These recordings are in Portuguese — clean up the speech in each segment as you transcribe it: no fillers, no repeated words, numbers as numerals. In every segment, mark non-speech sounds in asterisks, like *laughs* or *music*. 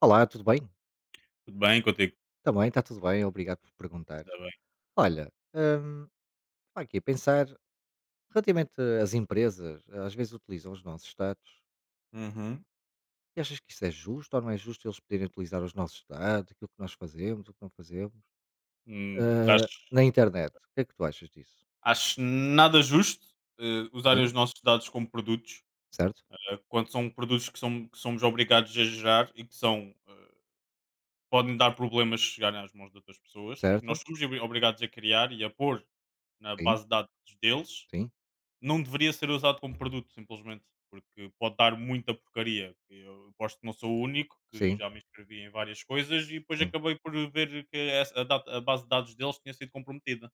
Olá, tudo bem? Tudo bem contigo? Também está tudo bem, obrigado por perguntar. Ainda bem. Olha, estava aqui a pensar, relativamente às empresas, às vezes utilizam os nossos dados, Uhum. e achas que isso é justo ou não é justo eles poderem utilizar os nossos dados, aquilo que nós fazemos, o que não fazemos, Hum, acho, na internet? O que é que tu achas disso? acho nada justo, usarem Sim, os nossos dados como produtos, certo? Quando são produtos que somos obrigados a gerar e que são, podem dar problemas se chegarem às mãos de outras pessoas e que Certo? nós somos obrigados a criar e a pôr na Sim, base de dados deles, sim, não deveria ser usado como produto, simplesmente, porque pode dar muita porcaria. Eu aposto que não sou o único, que sim, já me inscrevi em várias coisas e depois sim, acabei por ver que a base de dados deles tinha sido comprometida.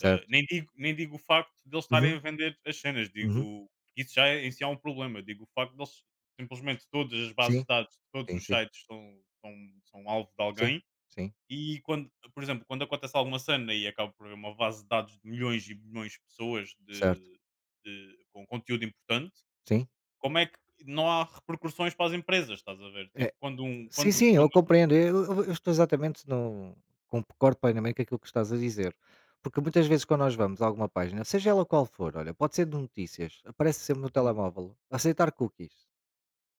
Nem digo o facto de eles estarem Uhum, a vender as cenas, uhum, digo que isso já é, em si, é um problema. Digo o facto de eles simplesmente todas as bases sim, de dados, todos sim, os sim, sites são alvo de sim, alguém. sim, E quando, por exemplo, quando acontece alguma cena e acaba por haver uma base de dados de milhões e milhões de pessoas certo, com conteúdo importante, sim. como é que não há repercussões para as empresas, estás a ver? É, Tipo, quando um. sim, Quando, sim, eu quando... compreendo. Eu estou exatamente no com concordo plenamente com aquilo que estás a dizer, porque muitas vezes quando nós vamos a alguma página, seja ela qual for, olha, pode ser de notícias, aparece sempre no Hum, telemóvel, aceitar cookies.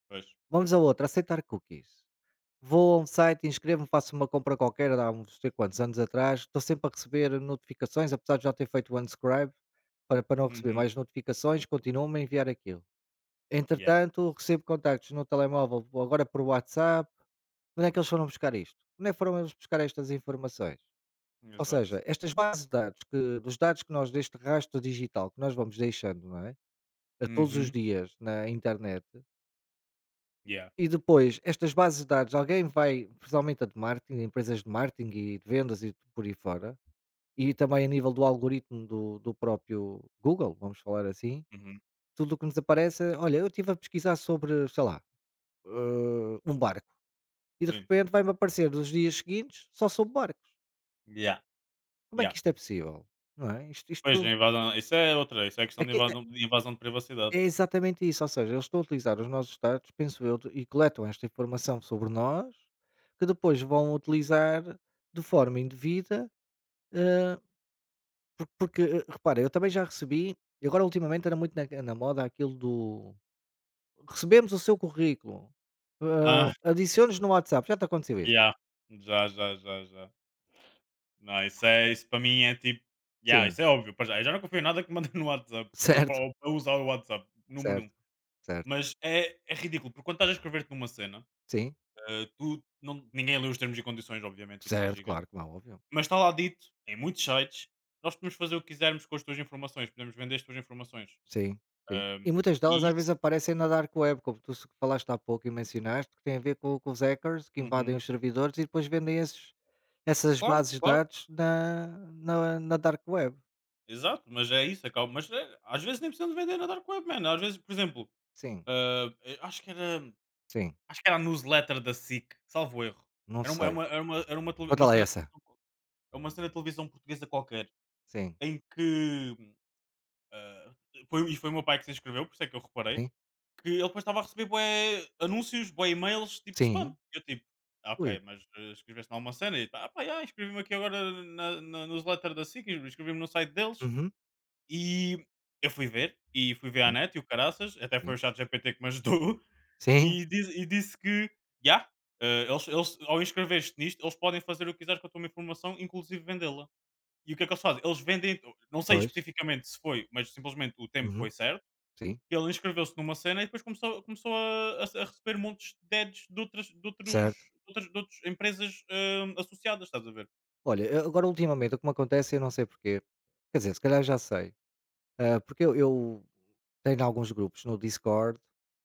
Pois. Vamos a outra, aceitar cookies. Vou a um site, inscrevo-me, faço uma compra qualquer há uns sei quantos anos atrás, estou sempre a receber notificações, apesar de já ter feito o unsubscribe, para não receber Uhum. mais notificações, continuam-me a enviar aquilo. Yeah. Entretanto, recebo contactos no telemóvel, agora por WhatsApp. Onde é que eles foram buscar isto? Onde é que foram eles buscar estas informações? Ou seja, Exato. estas bases de dados que dos dados que nós deste rastro digital que nós vamos deixando, não é? A todos os Uhum. dias na internet Yeah. e depois estas bases de dados, alguém vai, principalmente a de marketing, empresas de marketing e de vendas e por aí fora, e também a nível do algoritmo do próprio Google, vamos falar assim, Uhum. tudo o que nos aparece, é, olha, eu estive a pesquisar sobre, sei lá, um barco, e de Sim. repente vai-me aparecer nos dias seguintes só sobre barcos. Yeah. Como é Yeah. que isto é possível? Não é? Isto Pois, a isto invasão. Isso é outra. Isso é é questão de que é invasão de privacidade. é exatamente isso, ou seja, eles estão a utilizar os nossos dados, penso eu, e coletam esta informação sobre nós, que depois vão utilizar de forma indevida, eh, porque, repara, eu também já recebi e agora ultimamente era muito na moda aquilo do: "Recebemos o seu currículo, Ah, adicione-nos no WhatsApp", já te aconteceu *laughs* isso? yeah. Já, já, já, já. Não, isso para mim é tipo, yeah, Sim, isso é óbvio, para já. Eu já não confio em nada que mandem no WhatsApp, *laughs* certo, ou para usar o WhatsApp, número certo, um. certo. Mas é ridículo, porque quando estás a escrever-te numa cena, Sim, tu não, ninguém lê os termos e condições, obviamente, aquilo é certo, gigante. claro, como é óbvio. Mas está lá dito, em muitos sites, nós podemos fazer o que quisermos com as tuas informações, podemos vender as tuas informações. Sim, sim. E Ahm, muitas delas e às isso. vezes aparecem na dark web, como tu falaste há pouco e mencionaste, que tem a ver com os hackers que invadem Uhum. os servidores e depois vendem esses, essas Claro, bases de claro, dados na dark web. exato, mas é isso, acaba. Mas é, às vezes nem precisamos vender na Dark Web, man. Às vezes, por exemplo, Sim, acho que era. sim. Acho que era a newsletter da SIC, salvo erro. Não Era uma era sei. uma era uma era uma tele Conta uma lá cena de essa. televisão co- É uma cena de televisão portuguesa qualquer, Sim, em que, ah, foi o meu pai que se inscreveu, por isso é que eu reparei, sim, que ele depois estava a receber bué anúncios, bué e-mails, tipo spam. sim. Eu tipo: "Ah, ok, Ui. mas, inscreveste em alguma cena?" E ele: "Ah pá, já, inscrevi-me aqui agora na newsletter da SIC, inscrevi-me no site deles." Uhum. E eu fui ver, e fui ver a Sim, net e o caraças, até foi o sim. chat ChatGPT que me ajudou. Sim, E, e disse que, já, eles, ao inscrever-te nisto, eles podem fazer o que quiseres com a tua informação, inclusive vendê-la. E o que é que eles fazem? Eles vendem, não sei pois. especificamente se foi, mas simplesmente o tempo Uhum. foi certo. Sim, Ele inscreveu-se numa cena e depois começou a, receber montes de ads de outras, de outros, certo. De outras empresas, associadas, estás a ver? Olha, agora ultimamente o que me acontece, eu não sei porquê. Quer dizer, se calhar já sei. Ah, porque eu tenho alguns grupos no Discord,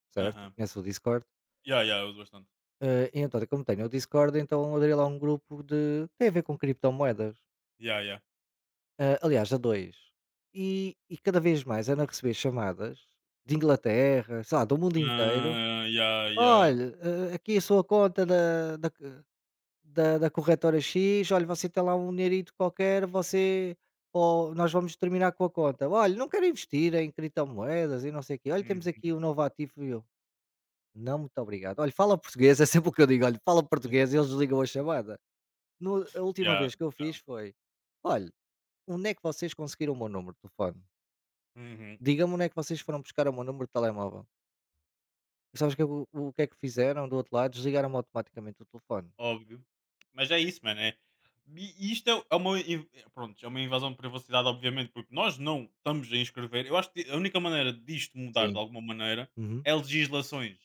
certo? Aham. Conheces o Discord? Ya, ya, eu uso bastante. Ah, e então, como tenho o Discord, então abri lá um grupo de tem a ver com criptomoedas. Ya, ya. Ah, aliás, a dois. E cada vez mais ando a receber chamadas de Inglaterra, sei lá, do mundo inteiro. Ah, ya, ya. Olha, aqui a sua conta da corretora X: "Olha, você tem lá um dinheirito qualquer, você ou nós vamos terminar com a conta. Olha, não quero investir em criptomoedas e não sei o quê. Olha, Uhum. temos aqui um novo ativo", e eu: "Não, muito obrigado". Olha, fala português, *laughs* é sempre o que eu digo: "Olha, fala português", *laughs* e eles desligam a chamada. No A última Ya. vez que eu fiz foi: "Olha, onde é que vocês conseguiram o meu número de telefone? Uhum. Digam-me onde é que vocês foram buscar o meu número de telemóvel". E sabes que o que é que fizeram do outro lado? Desligaram automaticamente o telefone. Óbvio. Mas é isso, mano. É, e isto é pronto, é uma invasão de privacidade, obviamente, porque nós não estamos a inscrever. Eu acho que a única maneira disto mudar de Sim. alguma maneira Uhum. é legislações.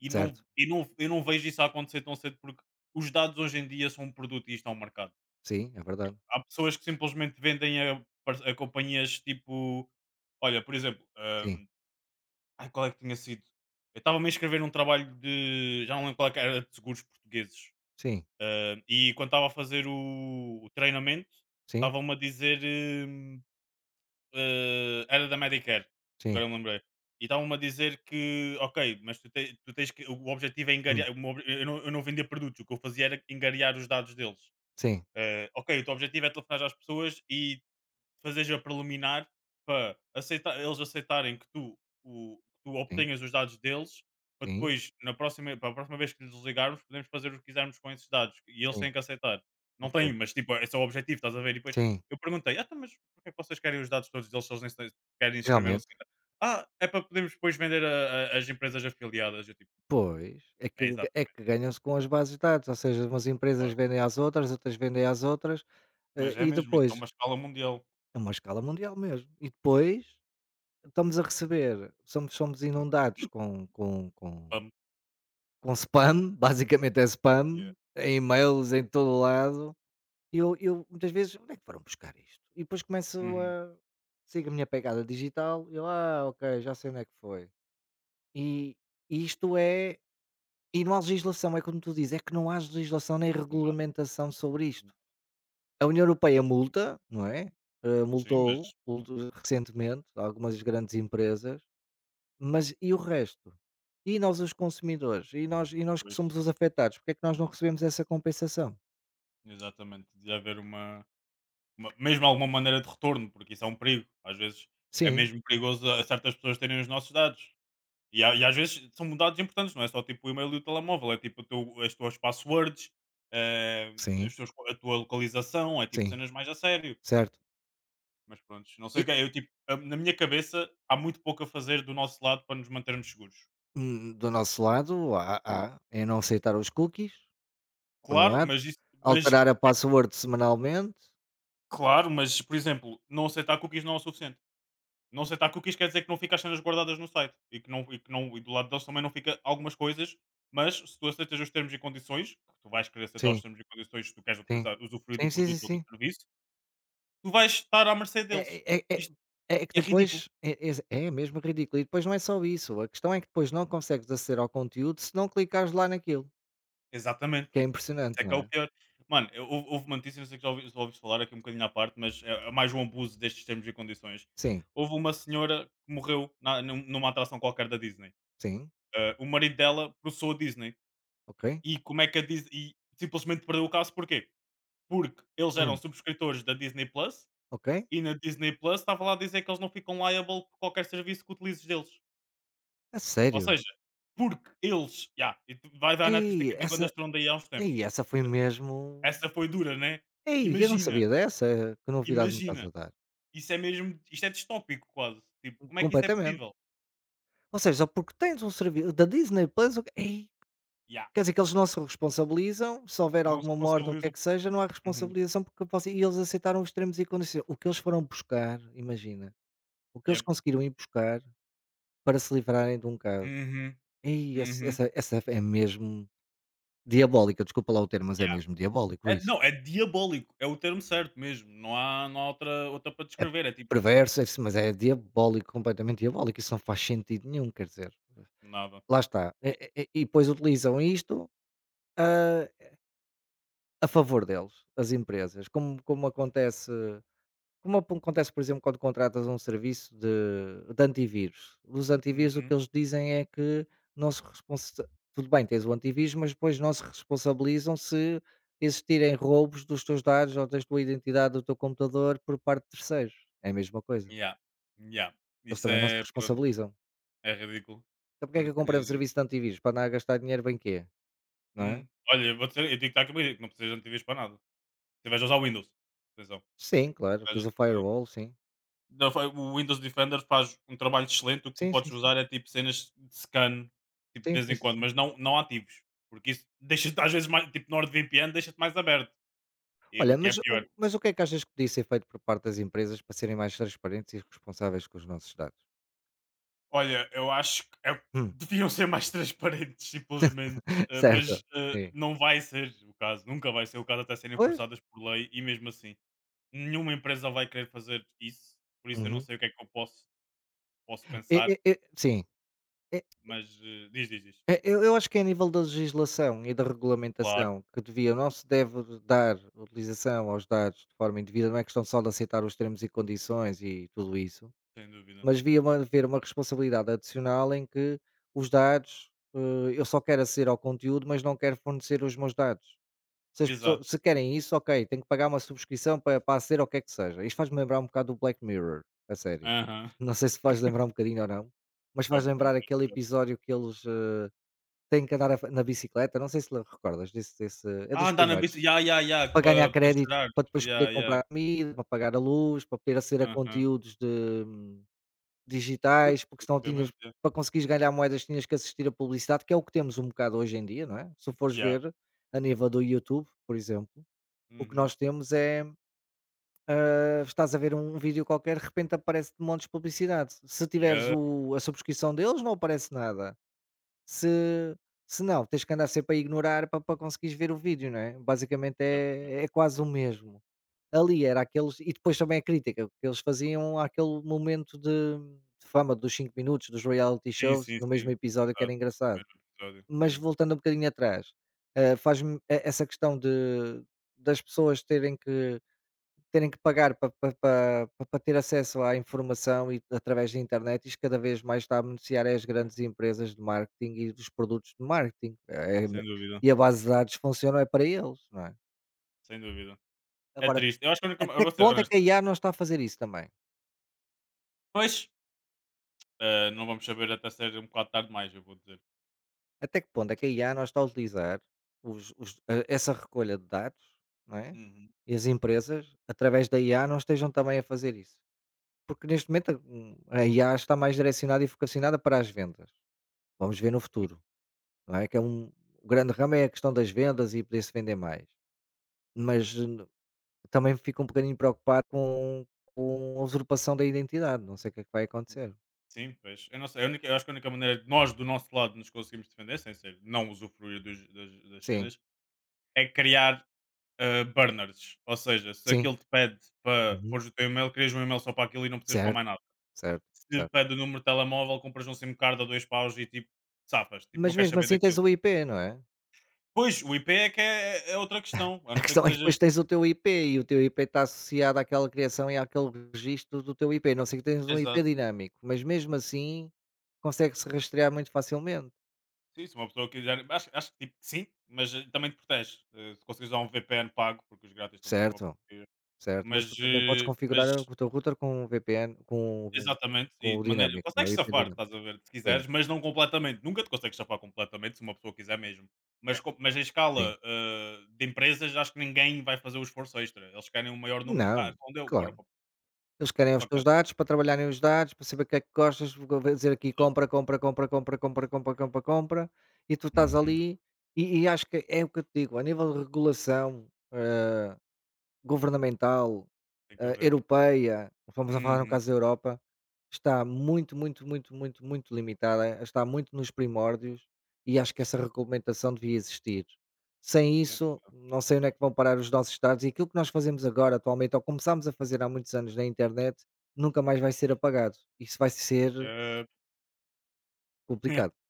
E não, Certo. e não, eu não vejo isso a acontecer tão cedo, porque os dados hoje em dia são um produto e isto é um mercado. Sim, é verdade. Há pessoas que simplesmente vendem a companhias, tipo. Olha, por exemplo, Sim. Ai, qual é que tinha sido? Eu estava-me a inscrever num trabalho de. Já não lembro qual é que era, de seguros portugueses, Sim, e quando estava a fazer o treinamento, sim, estavam-me a dizer. hum, Era da Medicare, sim, agora eu me lembrei. E estavam-me a dizer que, ok, mas tu tens que. O objetivo é hum, engariar. Eu não vendia produtos, o que eu fazia era engariar os dados deles. sim, Ah, ok, o teu objetivo é telefonar às pessoas e fazeres a preliminar para aceitar eles aceitarem que tu, o que tu sim, obtenhas os dados deles, para sim, depois na próxima para a próxima vez que lhes ligarmos, podemos fazer o que quisermos com esses dados e eles sim, têm que aceitar. Não ok, têm, mas tipo, esse é o objetivo, estás a ver? E depois sim, eu perguntei: "Ah, então, mas porque é que vocês querem os dados todos deles, se eles nem se querem inscreveram-se?" realmente, "Ah, é para podermos depois vender a as empresas afiliadas." Eu tipo: pois, é que "É é exatamente que isso, ganham-se com as bases de dados, ou seja, umas empresas claro." vendem às outras, outras vendem às outras, Mas é e mesmo, isso é depois uma escala mundial. é uma escala mundial mesmo, e depois estamos a receber, somos Hum. inundados com com com Hum, com spam, *laughs* basicamente é yeah. spam, em e-mails em todo lado. Eu muitas vezes: "Onde é que foram buscar isto?" E depois começo Uhum. a sigo a minha pegada digital e eu: "Ah, ok, já sei onde é que foi". E isto é e não há legislação, é como tu dizes, é que não há legislação nem Nada, regulamentação sobre isto. nada. A União Europeia multa, não é? Eh, Sim, multou mas ultu recentemente algumas grandes empresas, mas e o resto? E nós os consumidores? E nós que depois somos os afetados, porque é que nós não recebemos essa compensação? exatamente, de haver mesmo alguma maneira de retorno, porque isso é um perigo. Às vezes é Sim, mesmo perigoso a certas pessoas terem os nossos dados. E, às vezes são dados importantes, não é só tipo o e-mail e o telemóvel, é tipo o teu, as tuas passwords, eh, sim, a tua localização, é tipo sim, cenas mais a sério. certo. Mas pronto, não sei o que é. Eu, tipo, na minha cabeça há muito pouco a fazer do nosso lado para nos mantermos seguros. Do nosso lado, há é não aceitar os cookies, por um Claro, lado, mas isso, mas alterar a password semanalmente. claro, mas por exemplo, não aceitar cookies não é o suficiente. Não aceitar cookies quer dizer é que não fica as cenas guardadas no site, e que, não, e que não, e do lado deles também não fica algumas coisas, mas se tu aceitas os termos e condições, que tu vais querer aceitar os Sim, termos e condições se tu queres sim. utilizar, usufruir do Sim, sim, sim, produto ou do sim. serviço, tu vais estar à mercê É deles. é é Isto é que é ridículo. depois é exa é mesmo ridículo. E depois não é só isso, a questão é que depois não consegues aceder ao conteúdo se não clicares lá naquilo, Exatamente. que é Isso impressionante, é não que é o é? pior. Mano, houve, uma notícia, não sei se já ouviste falar aqui um bocadinho à parte, mas é mais um abuso destes termos e condições. Sim, Houve uma senhora que morreu numa atração qualquer da Disney. sim, O marido dela processou a Disney. ok, E como é que a Disney, e simplesmente perdeu o caso, porquê? Porque eles eram hum, subscritores da Disney Plus ok. e na Disney Plus estava lá a dizer que eles não ficam liable por qualquer serviço que utilizes deles. A Ou sério? seja, porque eles já, e tu vai dar na artista Ei, que tem quando essa, Stronda daí há uns tempos. ei, essa foi mesmo, Essa foi dura, né? ei, eu não Imagina, sabia dessa, que novidade me estás imagina, a dar. isso é mesmo, isto é distópico quase. Tipo, como é que isso é Completamente. possível? Ou seja, só porque tens um serviço da Disney Plus, Já, quer dizer que eles não se responsabilizam, se houver não se alguma morte ou o que é responsabilizam. que seja, não há Uhum. responsabilização porque você e eles aceitaram os termos e condições. O que eles foram buscar, imagina, o que eles Yep. conseguiram ir buscar para se livrarem de um caso. Uhum, Ei, esse- uhum. essa, essa é mesmo diabólica, desculpa lá o termo, mas é Yeah. mesmo diabólico É, isso. não, é diabólico, é o termo certo mesmo, não há outra, outra para É descrever, é tipo, perverso, é isso, mas é diabólico, completamente diabólico, isso não faz sentido nenhum, quer dizer. nada. Lá está. E depois utilizam isto, ah, a favor deles, as empresas, como acontece, como acontece, por exemplo, quando contratas um serviço de antivírus. Os antivírus o Uhum. que eles dizem é que não se responsa- tudo bem, tens o antivírus, mas depois não se responsabilizam se existirem roubos dos teus dados ou da tua identidade do teu computador por parte de terceiros. É a mesma coisa. Yeah. Yeah. Eles Isso também não se é, pronto, responsabilizam. é ridículo, Então porque é que eu comprei um porque, serviço de antivírus? Para andar a gastar dinheiro bem quê? Não é? Olha, eu vou dizer, eu digo que não precisas de antivírus para nada, se vais usar o Windows, atenção, Sim, claro. vais Tens o usar- firewall, sim. não, foi- o Windows Defender faz um trabalho excelente, o que tu Sim, sim, podes sim. usar é tipo cenas de scan, tipo de Sim, vez sim, em quando, sim. mas não, não ativos, porque isso deixa-te às vezes mais, tipo NordVPN, deixa-te mais aberto, e Olha, o que mas é o pior. mas o que é que achas que podia ser feito por parte das empresas para serem mais transparentes e responsáveis com os nossos dados? Olha, eu acho que é Hum, deviam ser mais *laughs* transparentes simplesmente, *laughs* certo, mas, sim. não vai ser o caso, nunca vai ser o caso até serem Pois. forçadas por lei e mesmo assim, nenhuma empresa vai querer fazer isso, por isso eu não Uhum. sei o que é que eu posso E pensar, e e sim, e mas, diz, diz, diz. e eu acho que é a nível da legislação e da Claro, regulamentação que devia não se deve dar utilização aos dados de forma indevida, não é questão só de aceitar os termos e condições e tudo isso, sem dúvida. mas devia uma haver uma responsabilidade adicional em que os dados, eu só quero aceder ao conteúdo, mas não quero fornecer os meus dados. Se as pessoas Exato. se querem isso, ok, tenho que pagar uma subscrição para ser ou o que é que seja. Isto faz-me lembrar um bocado do Black Mirror, a série. Aham. Não sei se faz lembrar um bocadinho ou não, mas É um faz bocado, lembrar é aquele um bocado. episódio que eles, têm que andar a fa na bicicleta, não sei se le recordas desse, é Ah, dos andar na bici, primeiros, ya, ya, ya, para ganhar para crédito, jurar. para depois poder Ya, comprar ya. comida, para pagar a luz, para poder aceder a Aham. conteúdos de Tudo, digitais, porque senão tinhas basicamente, ya. para conseguires ganhar moedas tinhas que assistir a publicidade, que é o que temos um bocado hoje em dia, não é? Se fores Ya. ver a nível do YouTube, por exemplo o que Uhum. nós temos é, estás a ver um vídeo qualquer, de repente aparece-te montes de publicidade. Se tiveres Ya, o a subscrição deles, não aparece nada. Se se não, tens que andar sempre a ignorar para conseguires ver o vídeo, não é? Basicamente exatamente. é quase o mesmo. Ali era aqueles e depois também a crítica que eles faziam aquele momento de fama dos 5 minutos, dos reality Sim, shows, sim, no mesmo sim. episódio que era Exato. No engraçado. mesmo episódio. Mas Yeah. voltando um bocadinho atrás, eh, faz-me e essa questão de das pessoas terem que pagar para ter acesso à informação e através da internet, isto cada vez mais está a beneficiar é as grandes empresas de marketing e dos produtos de marketing, Sem dúvida, e a base de dados funciona é para eles, não é? sem dúvida. É Agora, triste. Eu acho que a única, eu até vou que ser ponto é que honesto. a IA não está a fazer isso também? Pois, não vamos saber até ser um bocado tarde, mais eu vou dizer. Até que ponto é que a IA não está a utilizar essa recolha de dados, não é? Uhum. E as empresas, através da IA, não estejam também a fazer isso. Porque neste momento a IA está mais direcionada e vocacionada para as vendas. Vamos ver no futuro. Não é? Que é o grande ramo é a questão das vendas e poder-se vender mais. Mas n também fico um bocadinho preocupado com a usurpação da identidade, não sei o que é que vai Sim. acontecer. Sim, pois. Eu não sei, a única, eu acho que a única maneira de nós, do nosso lado, nos conseguimos defender, sem ser não usufruir dos das Sim, cenas, é criar burners. Ou seja, se sim, aquilo te pede para uhum, pôres o teu e-mail, crias um e-mail só para aquilo e não precisas para certo, mais nada. certo, Se te certo. pede o número de telemóvel, compras um SIM card a dois paus e tipo, safas, tipo, não Mas queres mesmo saber assim tens daquilo. o IP, não é? Pois, o IP é que é, é outra *laughs* questão, a A não ser que questão é que sejas. depois tens o teu IP e o teu IP está associado àquela criação e àquele registro do teu IP, a não sei que tens um IP Exato. dinâmico, mas mesmo assim consegue-se rastrear muito facilmente, Sim, se uma pessoa quiser. Acho que tipo, sim, mas também te protege. Se conseguires usar um VPN pago, porque os grátis também são uma certo? porcaria. Certo, mas Mas, tu também podes configurar o teu router com o VPN, com o exatamente, com e o de maneira dinâmico, não consegues é? IP safar, dinâmico. estás a ver, se Sim, quiseres, mas não completamente. Nunca te consegues safar completamente, se uma pessoa quiser mesmo. Mas, mas em sim. escala, de empresas, acho que ninguém vai fazer o esforço extra. Eles querem um maior número. Ah, Não, então deu, bora claro. para o Eles querem os teus pacote. dados para trabalharem os dados, para saber o que é que gostas, vou dizer aqui Exato. compra, compra, compra, compra, compra, compra, compra, compra, e tu estás Uhum. ali, e acho que é o que eu te digo, a nível de regulação, eh, governamental, Tem que haver. europeia, vamos a falar no Uhum, caso da Europa, está muito, muito, muito, muito, muito limitada, está muito nos primórdios e acho que essa regulamentação devia existir. Sem sim. isso, não sei onde é que vão parar os nossos estados e aquilo que nós fazemos agora atualmente, ou começámos a fazer há muitos anos na internet, nunca mais vai ser apagado. Isso vai E, ser complicado. *laughs*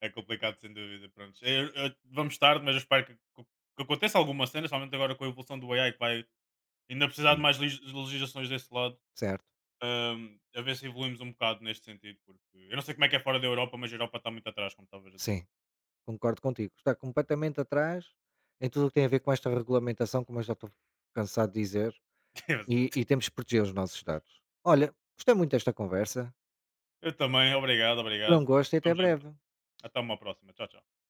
é complicado, sem dúvida. Pronto. Vamos tarde, mas eu espero que, que aconteça alguma cena, somente agora com a evolução do AI, que vai ainda precisar de Sim. mais legislações desse lado. Certo? A ver se evoluímos um bocado neste sentido, porque eu não sei como é que é fora da Europa, mas a Europa está muito atrás, como estavas a dizer. Sim, concordo contigo. Está completamente atrás em tudo o que tem a ver com esta regulamentação, como eu já estou cansado de dizer, *laughs* E Exato. e temos que proteger os nossos dados. Olha, gostei muito desta conversa, Eu também, obrigado, foi um obrigado. gosto e até Vamos junto. breve. Até uma próxima. Tchau, tchau.